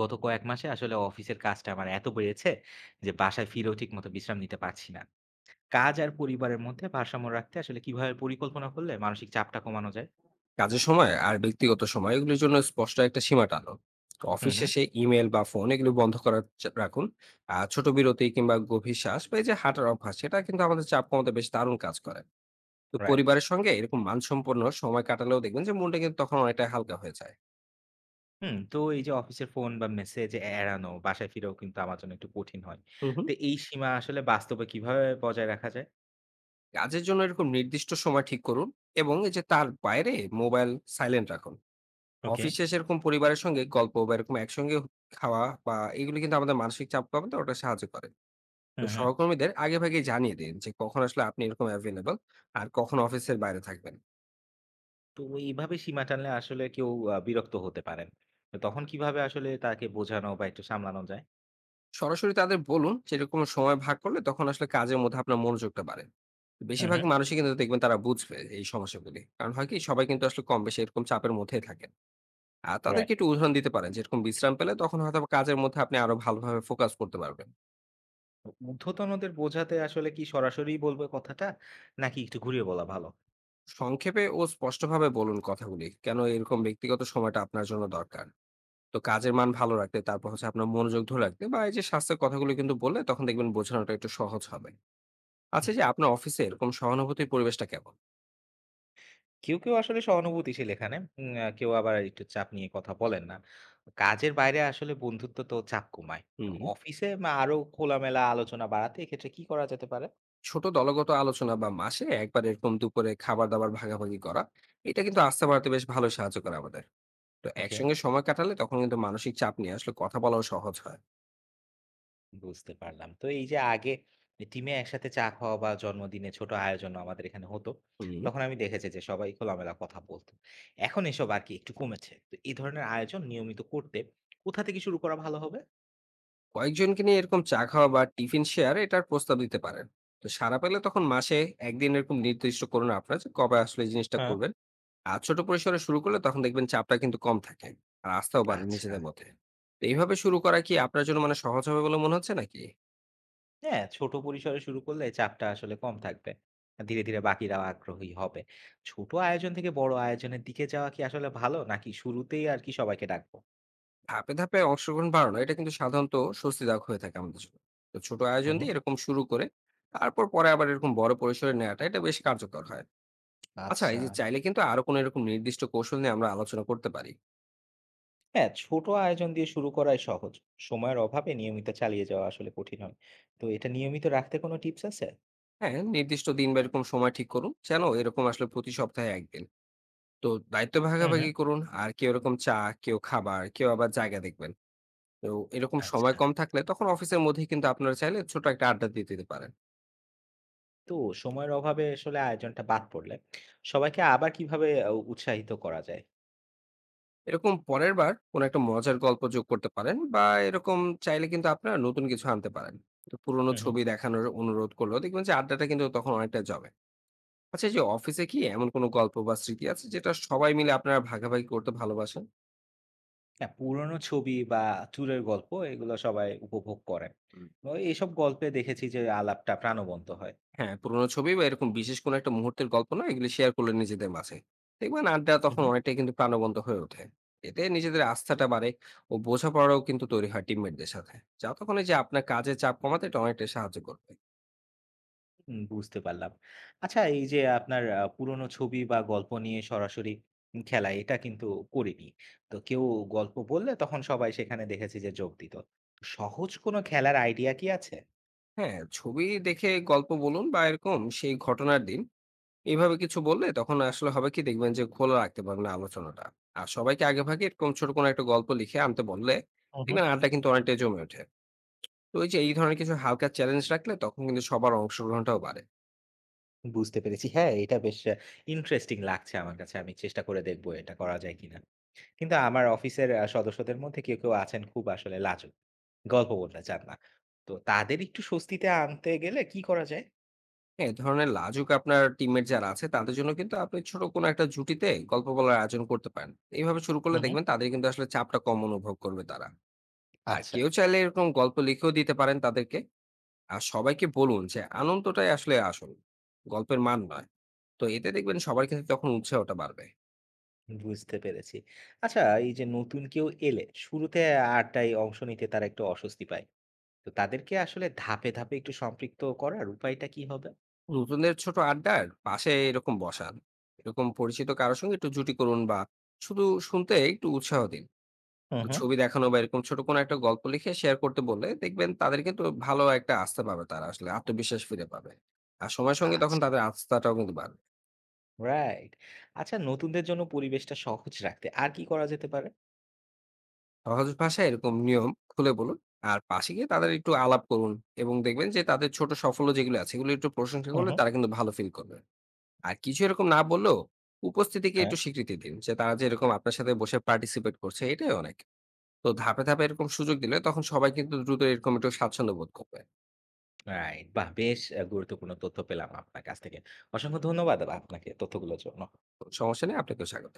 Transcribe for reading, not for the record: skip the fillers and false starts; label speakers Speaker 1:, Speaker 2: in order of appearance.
Speaker 1: গত কয়েক মাসে আসলে অফিসের কাজটা আমার এত বেড়েছে যে বাসায় ফিরেও ঠিক মতো বিশ্রাম নিতে পারছি না। কাজ আর পরিবারের মধ্যে ভারসাম্য রাখতে আসলে কিভাবে পরিকল্পনা করলে মানসিক চাপটা কমানো যায়?
Speaker 2: কাজের সময় আর ব্যক্তিগত সময় এগুলির জন্য স্পষ্ট একটা সীমা টানুন। তো
Speaker 1: হুম,
Speaker 2: অফিস
Speaker 1: হুম।
Speaker 2: শেষে ইমেল বা ফোন এগুলো বন্ধ করার রাখুন। আর ছোট বিরতি কিংবা গভীর শ্বাস বা এই যে হাঁটার অভ্যাস সেটা কিন্তু আমাদের চাপ কমাতে বেশ দারুণ কাজ করে। তো
Speaker 1: রাইট।
Speaker 2: পরিবারের সঙ্গে এরকম মানসম্পন্ন সময় কাটালেও দেখবেন যে মনটা কিন্তু তখন অনেকটা হালকা হয়ে যায়।
Speaker 1: হুম, তো এই যে অফিসের ফোন বা মেসেজ এড়ানো বাসায় ফিরেও কিন্তু আমার জন্য একটু কঠিন হয়।
Speaker 2: হুম হুম।
Speaker 1: তো এই সীমা আসলে বাস্তবে কিভাবে বজায় রাখা যায়?
Speaker 2: কাজের জন্য এরকম নির্দিষ্ট সময় ঠিক করুন এবং এই যে তার বাইরে মোবাইল সাইলেন্ট রাখুন।
Speaker 1: ওকে।
Speaker 2: অফিস শেষে এরকম পরিবারের সঙ্গে গল্প বা এরকম একসঙ্গে খাওয়া বা এগুলো কিন্তু আমাদের মানসিক চাপ কমাতে ওটা সাহায্য করে। তো
Speaker 1: হুম, হুম।
Speaker 2: সহকর্মীদের আগেভাগে জানিয়ে দিন যে কখন আসলে আপনি এরকম অ্যাভেলেবল আর কখন অফিসের বাইরে থাকবেন।
Speaker 1: তো এইভাবে সীমা টানলে আসলে কেউ বিরক্ত হতে পারেন। তো তখন কিভাবে আসলে তাকে বোঝানো বা একটু সামলানো যায়?
Speaker 2: সরাসরি তাদের বলুন যে এরকম সময় ভাগ করলে তখন আসলে কাজের মধ্যে আপনার মনোযোগটা বাড়ে।
Speaker 1: হুম,
Speaker 2: বেশিরভাগ মানুষই কিন্তু দেখবেন তারা বুঝবে এই সমস্যাগুলি, কারণ হয় কি সবাই কিন্তু আসলে কম বেশি এরকম চাপের মধ্যেই থাকেন। আর
Speaker 1: হুম।
Speaker 2: তাদেরকে একটু উদাহরণ দিতে পারেন, যেরকম বিশ্রাম পেলে তখন হয়তো বা কাজের মধ্যে আপনি আরো ভালোভাবে ফোকাস করতে পারবেন।
Speaker 1: ঊর্ধ্বতনদের বোঝাতে আসলে কি সরাসরি বলবে কথাটা? নাকি একটু ঘুরিয়ে বলা ভালো?
Speaker 2: সংক্ষেপে ও স্পষ্টভাবে বলুন কথাগুলি, কেন এরকম ব্যক্তিগত সময়টা আপনার জন্য দরকার। তো কাজের মান ভালো রাখতে, তারপর হচ্ছে আপনার মনোযোগ ধরে রাখতে বা এই যে স্বাস্থ্যের কথাগুলো কিন্তু বললে তখন দেখবেন বোঝানোটা একটু সহজ হবে। আচ্ছা,
Speaker 1: হুম।
Speaker 2: যে আপনার অফিসে এরকম সহানুভূতির পরিবেশটা কেমন?
Speaker 1: কেউ, কেউ আসলে সহানুভূতিশীল এখানে। উম আ কেউ আবার একটু চাপ নিয়ে কথা বলেন না। কাজের বাইরে আসলে বন্ধুত্ব তো চাপ কমায়। তো
Speaker 2: হুম।
Speaker 1: অফিসে আরো খোলামেলা আলোচনা বাড়াতে এক্ষেত্রে কি করা যেতে পারে?
Speaker 2: ছোট দলগত আলোচনা বা মাসে একবার এরকম দুপুরে খাবার দাবার ভাগাভাগি করা, এটা কিন্তু আস্থা বাড়াতে বেশ ভালো সাহায্য করে আমাদের। তো
Speaker 1: ওকে।
Speaker 2: একসঙ্গে সময় কাটালে তখন কিন্তু মানসিক চাপ নিয়ে আসলে কথা বলাও সহজ হয়।
Speaker 1: বুঝতে পারলাম। তো এই যে আগে টিমে একসাথে চা খাওয়া বা জন্মদিনে ছোট আয়োজন আমাদের এখানে হতো।
Speaker 2: হুম।
Speaker 1: তখন আমি দেখেছি যে সবাই খোলামেলা কথা বলতো। এখন এসব আর কি একটু কমেছে। তো এই ধরনের আয়োজন নিয়মিত করতে কোথা থেকে শুরু করা ভালো হবে?
Speaker 2: কয়েকজনকে নিয়ে এরকম চা খাওয়া বা টিফিন শেয়ার, এটার প্রস্তাব দিতে পারেন। তো সারা পেলে তখন মাসে একদিন এরকম নির্দিষ্ট করুন আপনার, যে কবে আসলে এই জিনিসটা
Speaker 1: হ্যাঁ।
Speaker 2: করবেন। আর ছোট পরিসরে শুরু করলে তখন দেখবেন চাপটা কিন্তু কম থাকে। আর আস্থাও বাড়ে
Speaker 1: আচ্ছা।
Speaker 2: নিজেদের মধ্যে। তো এইভাবে শুরু করা কি আপনার জন্য মানে সহজ হবে বলে মনে হচ্ছে নাকি?
Speaker 1: হ্যাঁ, ছোট পরিসরে শুরু করলে চাপটা আসলে কম থাকবে। ধীরে, ধীরে বাকিরাও আগ্রহী হবে। ছোট আয়োজন থেকে বড় আয়োজনের দিকে যাওয়া কি আসলে ভালো, নাকি শুরুতেই আর কি সবাইকে ডাকবো?
Speaker 2: ধাপে ধাপে অংশগ্রহণ বাড়ানো এটা কিন্তু সাধারণত স্বস্তিদায়ক হয়ে থাকে আমাদের জন্য। তো ছোট
Speaker 1: হুম,
Speaker 2: আয়োজন
Speaker 1: হুম।
Speaker 2: দিয়ে এরকম শুরু করে তারপর পরে আবার এরকম বড় পরিসরে নেওয়াটা, এটা বেশ কার্যকর হয়। আচ্ছা,
Speaker 1: আচ্ছা।
Speaker 2: এই যে চাইলে কিন্তু আরো কোনো এরকম নির্দিষ্ট কৌশল নিয়ে আমরা আলোচনা করতে পারি।
Speaker 1: হ্যাঁ, ছোট আয়োজন দিয়ে শুরু করাই সহজ। সময়ের অভাবে নিয়মিত চালিয়ে যাওয়া আসলে কঠিন হয়। তো এটা নিয়মিত রাখতে কোনো টিপস আছে?
Speaker 2: হ্যাঁ, নির্দিষ্ট দিন বা এরকম সময় ঠিক করুন। যেন এরকম আসলে প্রতি সপ্তাহে একদিন। তো দায়িত্ব
Speaker 1: হুম, হুম।
Speaker 2: ভাগাভাগি করুন। আর কেউ এরকম চা, কেউ খাবার, কেউ আবার জায়গা দেখবেন। তো এরকম সময়
Speaker 1: আচ্ছা।
Speaker 2: কম থাকলে তখন অফিসের মধ্যেই কিন্তু আপনারা চাইলে ছোট একটা আড্ডা দিয়ে দিতে পারেন।
Speaker 1: তো সময়ের অভাবে আসলে আয়োজনটা বাদ পড়লে সবাইকে আবার কিভাবে উৎসাহিত করা যায়?
Speaker 2: এরকম পরের বার কোনো একটা মজার গল্প যোগ করতে পারেন বা এরকম চাইলে কিন্তু আপনারা নতুন কিছু আনতে পারেন। তো পুরোনো
Speaker 1: হুম, হুম।
Speaker 2: ছবি দেখানোর অনুরোধ করলেও দেখবেন যে আড্ডাটা কিন্তু তখন অনেকটা জমে। আচ্ছা, এই যে অফিসে কি এমন কোনো গল্প বা স্মৃতি আছে যেটা সবাই মিলে আপনারা ভাগাভাগি করতে ভালোবাসেন?
Speaker 1: হ্যাঁ, পুরনো ছবি বা ট্যুরের গল্প এগুলো সবাই উপভোগ করেন। এবং এইসব গল্পে দেখেছি যে আলাপটা প্রাণবন্ত হয়।
Speaker 2: হ্যাঁ, পুরোনো ছবি বা এরকম বিশেষ কোনো একটা মুহূর্তের গল্প না এগুলি শেয়ার করলে নিজেদের মাঝে। দেখবেন আড্ডা
Speaker 1: হুম,
Speaker 2: তখন
Speaker 1: হুম।
Speaker 2: অনেকটাই কিন্তু প্রাণবন্ত হয়ে ওঠে। এতে নিজেদের আস্থাটা বাড়ে ও বোঝাপড়াও কিন্তু তৈরি হয় টিমমেটদের সাথে। যা তখন এই যে আপনার কাজের চাপ কমাতে এটা অনেকটাই সাহায্য করবে।
Speaker 1: হুম, বুঝতে পারলাম। আচ্ছা এই যে আপনার পুরনো ছবি বা গল্প নিয়ে সরাসরি খেলা এটা কিন্তু করিনি। তো কেউ গল্প বললে তখন সবাই সেখানে দেখেছি যে যোগ দিত। সহজ কোনো খেলার আইডিয়া কি আছে?
Speaker 2: হ্যাঁ, ছবি দেখে গল্প বলুন বা এরকম সেই ঘটনার দিন এভাবে কিছু বললে তখন আসলে হবে কি দেখবেন যে খোলা রাখতে পারবেন আলোচনাটা। আর সবাইকে আগেভাগে এরকম ছোট কোনো একটা গল্প লিখে আনতে বললে
Speaker 1: হু, হু।
Speaker 2: দেখবেন আড্ডা কিন্তু অনেকটাই জমে ওঠে। তো ওই যে এই ধরনের কিছু হালকা চ্যালেঞ্জ রাখলে তখন কিন্তু সবার অংশগ্রহণটাও বাড়ে।
Speaker 1: বুঝতে পেরেছি। হ্যাঁ, এটা বেশ ইন্টারেস্টিং লাগছে আমার কাছে। আমি চেষ্টা করে দেখব এটা করা যায় কিনা। কিন্তু আমার অফিসের সদস্যদের মধ্যে কেউ, কেউ আছেন খুব আসলে লাজুক। গল্প বলতে চান না। তো তাদের একটু স্বস্তিতে আনতে গেলে কি করা যায়?
Speaker 2: হ্যাঁ, এই ধরনের লাজুক আপনার টিমমেট যারা আছে তাদের জন্য কিন্তু আপনি ছোট কোনো একটা জুটিতে গল্প বলার আয়োজন করতে পারেন। এইভাবে শুরু
Speaker 1: হু,
Speaker 2: করলে
Speaker 1: হু।
Speaker 2: দেখবেন তাদের কিন্তু আসলে চাপটা কম অনুভব করবে তারা। আর
Speaker 1: আচ্ছা।
Speaker 2: কেউ চাইলে এরকম গল্প লিখেও দিতে পারেন তাদেরকে। আর সবাইকে বলুন যে আনন্দটাই আসলে আসল, গল্পের মান নয়। তো এতে দেখবেন সবার কিন্তু তখন উৎসাহটা বাড়বে।
Speaker 1: বুঝতে পেরেছি। আচ্ছা এই যে নতুন কেউ এলে শুরুতে আড্ডায় অংশ নিতে তারা একটু অস্বস্তি পায়। তো তাদেরকে আসলে ধাপে, ধাপে একটু সম্পৃক্ত করার উপায়টা কি হবে?
Speaker 2: নতুনদের ছোট আড্ডার পাশে এরকম বসান, এরকম পরিচিত কারোর সঙ্গে একটু জুটি করুন বা শুধু শুনতে একটু উৎসাহ দিন।
Speaker 1: হুম,
Speaker 2: তো
Speaker 1: হুম।
Speaker 2: ছবি দেখানো বা এরকম ছোট কোনো একটা গল্প লিখে শেয়ার করতে বললে দেখবেন তাদের কিন্তু ভালো একটা আস্থা পাবে, তারা আসলে আত্মবিশ্বাস ফিরে পাবে। আর সময়ের সঙ্গে তখন
Speaker 1: আচ্ছা,
Speaker 2: তাদের আস্থাটাও কিন্তু বাড়বে।
Speaker 1: রাইট। আচ্ছা, নতুনদের জন্য পরিবেশটা সহজ রাখতে আর কি করা যেতে পারে?
Speaker 2: সহজ ভাষায় এরকম নিয়ম খুলে বলুন। আর পাশে গিয়ে তাদের একটু আলাপ করুন এবং দেখবেন যে তাদের ছোট সাফল্য যেগুলো আছে এগুলো একটু প্রশংসা
Speaker 1: হুম,
Speaker 2: করলে
Speaker 1: হুম।
Speaker 2: তারা কিন্তু ভালো ফিল করবে। আর কিছু এরকম না বললেও উপস্থিতিকে
Speaker 1: হ্যাঁ।
Speaker 2: একটু স্বীকৃতি দিন। যে তারা যে এরকম আপনার সাথে বসে পার্টিসিপেট করছে এটাই অনেক। তো ধাপে, ধাপে এরকম সুযোগ দিলে তখন সবাই কিন্তু দ্রুত এরকম একটু স্বাচ্ছন্দ্য বোধ করবে।
Speaker 1: রাইট, বাহ! বেশ গুরুত্বপূর্ণ তথ্য পেলাম আপনার কাছ থেকে। অসংখ্য ধন্যবাদ আপনাকে তথ্যগুলোর জন্য।
Speaker 2: তো সমস্যা নেই, আপনাকেও স্বাগত।